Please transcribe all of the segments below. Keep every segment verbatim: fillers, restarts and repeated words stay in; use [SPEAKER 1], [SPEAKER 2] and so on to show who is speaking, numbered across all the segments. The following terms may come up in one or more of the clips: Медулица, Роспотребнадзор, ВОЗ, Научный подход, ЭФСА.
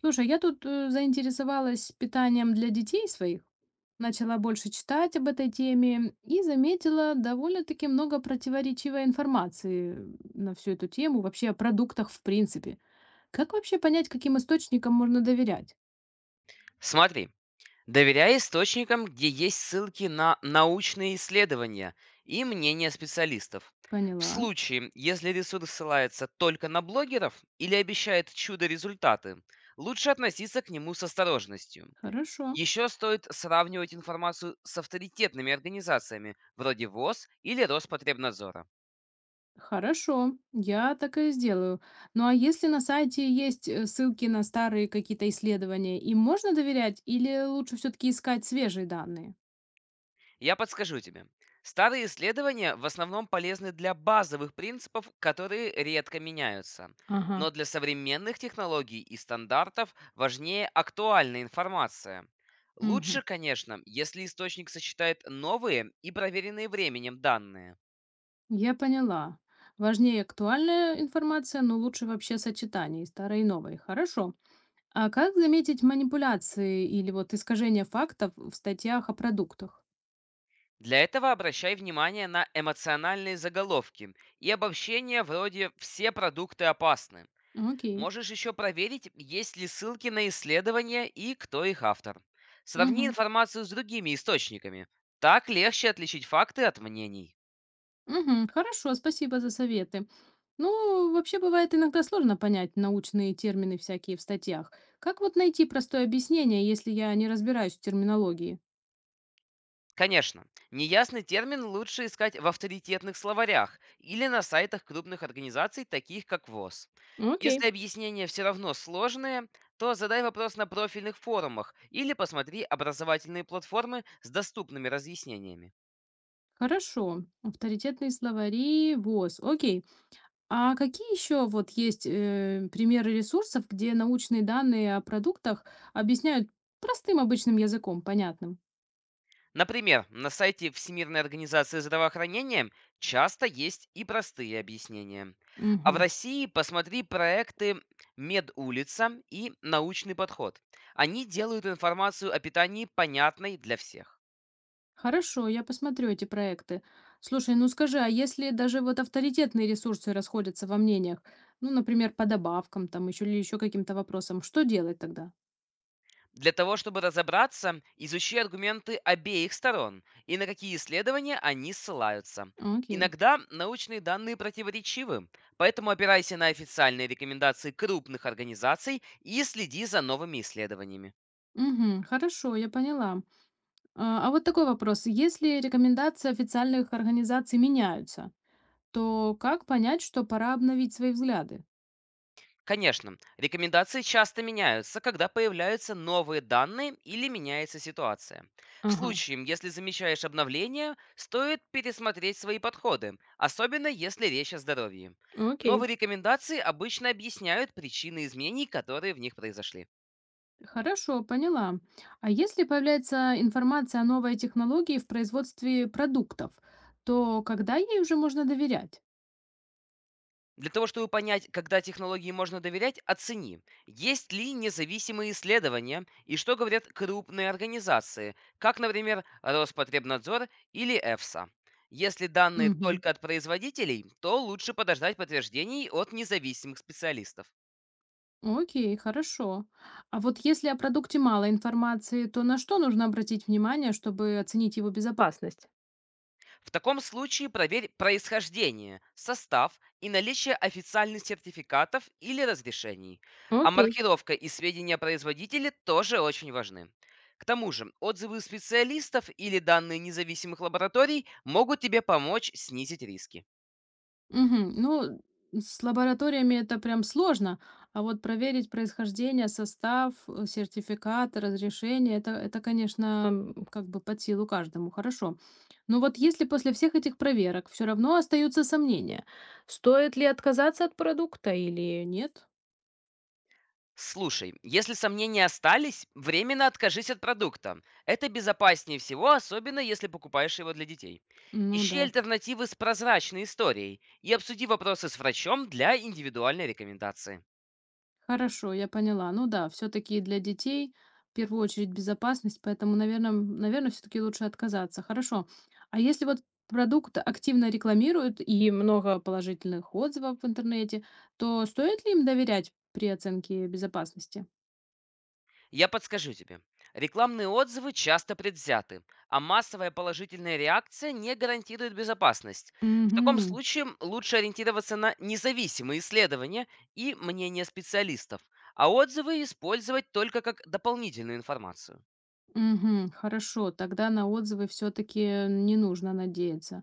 [SPEAKER 1] Слушай, я тут э, заинтересовалась питанием для детей своих, начала больше читать об этой теме и заметила довольно-таки много противоречивой информации на всю эту тему, вообще о продуктах в принципе. Как вообще понять, каким источникам можно доверять?
[SPEAKER 2] Смотри, доверяй источникам, где есть ссылки на научные исследования и мнения специалистов. В
[SPEAKER 1] Поняла.
[SPEAKER 2] случае, если ресурс ссылается только на блогеров или обещает чудо-результаты, лучше относиться к нему с осторожностью.
[SPEAKER 1] Хорошо.
[SPEAKER 2] Еще стоит сравнивать информацию с авторитетными организациями вроде ВОЗ или Роспотребнадзора.
[SPEAKER 1] Хорошо, я так и сделаю. Ну а если на сайте есть э, ссылки на старые какие-то исследования, им можно доверять или лучше все-таки искать свежие данные?
[SPEAKER 2] Я подскажу тебе. Старые исследования в основном полезны для базовых принципов, которые редко меняются.
[SPEAKER 1] Ага.
[SPEAKER 2] Но для современных технологий и стандартов важнее актуальная информация. Лучше,
[SPEAKER 1] Мгм.
[SPEAKER 2] конечно, если источник сочетает новые и проверенные временем данные.
[SPEAKER 1] Я поняла. Важнее актуальная информация, но лучше вообще сочетание старой и новой. Хорошо. А как заметить манипуляции или вот искажения фактов в статьях о продуктах?
[SPEAKER 2] Для этого обращай внимание на эмоциональные заголовки и обобщения вроде «все продукты опасны».
[SPEAKER 1] Окей.
[SPEAKER 2] Можешь еще проверить, есть ли ссылки на исследования и кто их автор. Сравни
[SPEAKER 1] Мгм.
[SPEAKER 2] информацию с другими источниками. Так легче отличить факты от мнений.
[SPEAKER 1] Мгм. Хорошо, спасибо за советы. Ну, вообще бывает иногда сложно понять научные термины всякие в статьях. Как вот найти простое объяснение, если я не разбираюсь в терминологии?
[SPEAKER 2] Конечно, неясный термин лучше искать в авторитетных словарях или на сайтах крупных организаций, таких как ВОЗ.
[SPEAKER 1] Окей.
[SPEAKER 2] Если объяснения все равно сложные, то задай вопрос на профильных форумах или посмотри образовательные платформы с доступными разъяснениями.
[SPEAKER 1] Хорошо. Авторитетные словари, ВОЗ. Окей. А какие еще вот есть, э, примеры ресурсов, где научные данные о продуктах объясняют простым обычным языком, понятным?
[SPEAKER 2] Например, на сайте Всемирной организации здравоохранения часто есть и простые объяснения. А в
[SPEAKER 1] Мгм.
[SPEAKER 2] России посмотри проекты «Медулица» и «Научный подход». Они делают информацию о питании понятной для всех.
[SPEAKER 1] Хорошо, я посмотрю эти проекты. Слушай, ну скажи, а если даже вот авторитетные ресурсы расходятся во мнениях, ну, например, по добавкам там еще или еще каким-то вопросам, что делать тогда?
[SPEAKER 2] Для того, чтобы разобраться, изучи аргументы обеих сторон и на какие исследования они ссылаются.
[SPEAKER 1] Окей.
[SPEAKER 2] Иногда научные данные противоречивы, поэтому опирайся на официальные рекомендации крупных организаций и следи за новыми исследованиями.
[SPEAKER 1] Мгм. Хорошо, я поняла. А а вот такой вопрос. Если рекомендации официальных организаций меняются, то как понять, что пора обновить свои взгляды?
[SPEAKER 2] Конечно, рекомендации часто меняются, когда появляются новые данные или меняется ситуация. В
[SPEAKER 1] Ага,
[SPEAKER 2] случае, если замечаешь обновления, стоит пересмотреть свои подходы, особенно если речь о здоровье.
[SPEAKER 1] окей.
[SPEAKER 2] Новые рекомендации обычно объясняют причины изменений, которые в них произошли.
[SPEAKER 1] Хорошо, поняла. А если появляется информация о новой технологии в производстве продуктов, то когда ей уже можно доверять?
[SPEAKER 2] Для того, чтобы понять, когда технологии можно доверять, оцени, есть ли независимые исследования и что говорят крупные организации, как, например, Роспотребнадзор или ЭФСА. Если данные
[SPEAKER 1] Мгм.
[SPEAKER 2] только от производителей, то лучше подождать подтверждений от независимых специалистов.
[SPEAKER 1] Окей, хорошо. А вот если о продукте мало информации, то на что нужно обратить внимание, чтобы оценить его безопасность?
[SPEAKER 2] В таком случае проверь происхождение, состав и наличие официальных сертификатов или разрешений. А
[SPEAKER 1] Окей.
[SPEAKER 2] маркировка и сведения о производителе тоже очень важны. К тому же, отзывы специалистов или данные независимых лабораторий могут тебе помочь снизить риски.
[SPEAKER 1] Мгм. Ну, с лабораториями это прям сложно, а вот проверить происхождение, состав, э, сертификаты, разрешение — это, это, конечно, м, как бы под силу каждому, хорошо. Но вот если после всех этих проверок все равно остаются сомнения, стоит ли отказаться от продукта или нет?
[SPEAKER 2] Слушай, если сомнения остались, временно откажись от продукта. Это безопаснее всего, особенно если покупаешь его для детей.
[SPEAKER 1] Ну
[SPEAKER 2] Ищи
[SPEAKER 1] да.
[SPEAKER 2] альтернативы с прозрачной историей и обсуди вопросы с врачом для индивидуальной рекомендации.
[SPEAKER 1] Хорошо, я поняла. Ну да, все-таки для детей в первую очередь безопасность, поэтому, наверное, наверное, все-таки лучше отказаться. Хорошо. А если вот продукт активно рекламируют и много положительных отзывов в интернете, то стоит ли им доверять при оценке безопасности?
[SPEAKER 2] Я подскажу тебе. Рекламные отзывы часто предвзяты, а массовая положительная реакция не гарантирует безопасность. В таком
[SPEAKER 1] Мгм.
[SPEAKER 2] случае лучше ориентироваться на независимые исследования и мнения специалистов, а отзывы использовать только как дополнительную информацию.
[SPEAKER 1] Мгм. Хорошо, тогда на отзывы все-таки не нужно надеяться.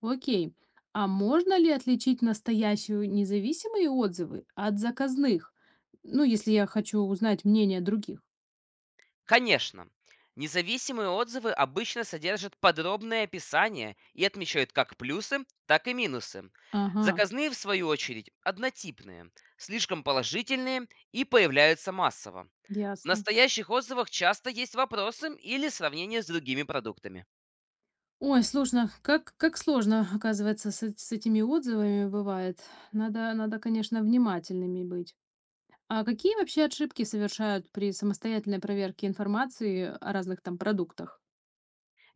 [SPEAKER 1] Окей. А можно ли отличить настоящие независимые отзывы от заказных? Ну, если я хочу узнать мнение других.
[SPEAKER 2] Конечно, независимые отзывы обычно содержат подробное описание и отмечают как плюсы, так и минусы.
[SPEAKER 1] Ага,
[SPEAKER 2] Заказные, в свою очередь, однотипные, слишком положительные и появляются массово. В
[SPEAKER 1] ясно.
[SPEAKER 2] настоящих отзывах часто есть вопросы или сравнение с другими продуктами.
[SPEAKER 1] Ой, сложно. Как, как сложно, оказывается, с, эт- с этими отзывами бывает. Надо, надо, конечно, внимательными быть. А какие вообще ошибки совершают при самостоятельной проверке информации о разных там продуктах?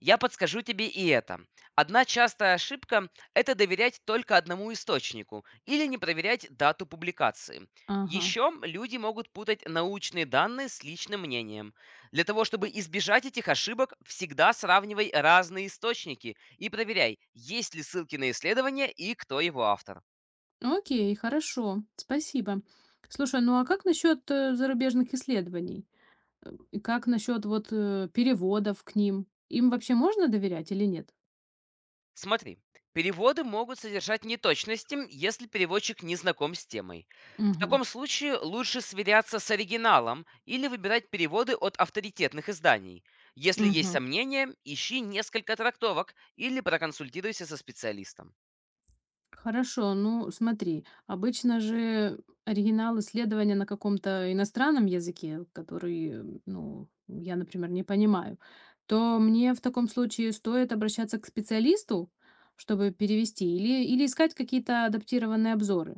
[SPEAKER 2] Я подскажу тебе и это. Одна частая ошибка– это доверять только одному источнику или не проверять дату публикации.
[SPEAKER 1] Ага.
[SPEAKER 2] Еще люди могут путать научные данные с личным мнением. Для того, чтобы избежать этих ошибок, всегда сравнивай разные источники и проверяй, есть ли ссылки на исследование и кто его автор.
[SPEAKER 1] Ну, окей, хорошо, спасибо. Слушай, ну а как насчет э, зарубежных исследований? Э, И как насчет вот э, переводов к ним? Им вообще можно доверять или нет?
[SPEAKER 2] Смотри, переводы могут содержать неточности, если переводчик не знаком с темой. В
[SPEAKER 1] Угу,
[SPEAKER 2] таком случае лучше сверяться с оригиналом или выбирать переводы от авторитетных изданий. Если есть
[SPEAKER 1] угу.
[SPEAKER 2] сомнения, ищи несколько трактовок или проконсультируйся со специалистом.
[SPEAKER 1] Хорошо, ну смотри, обычно же оригинал исследования на каком-то иностранном языке, который, э, ну, я, например, не понимаю, то мне в таком случае стоит обращаться к специалисту, чтобы перевести, или, или искать какие-то адаптированные обзоры.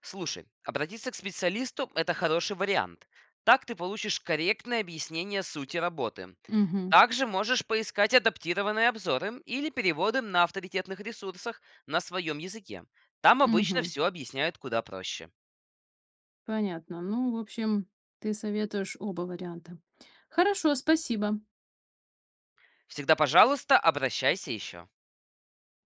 [SPEAKER 2] Слушай, обратиться к специалисту– это хороший вариант. Так ты получишь корректное объяснение сути работы.
[SPEAKER 1] Угу.
[SPEAKER 2] Также можешь поискать адаптированные обзоры или переводы на авторитетных ресурсах на своем языке. Там обычно
[SPEAKER 1] Мгм.
[SPEAKER 2] все объясняют куда проще.
[SPEAKER 1] Понятно. Ну, в общем, ты советуешь оба варианта. Хорошо, спасибо.
[SPEAKER 2] Всегда, пожалуйста, обращайся еще.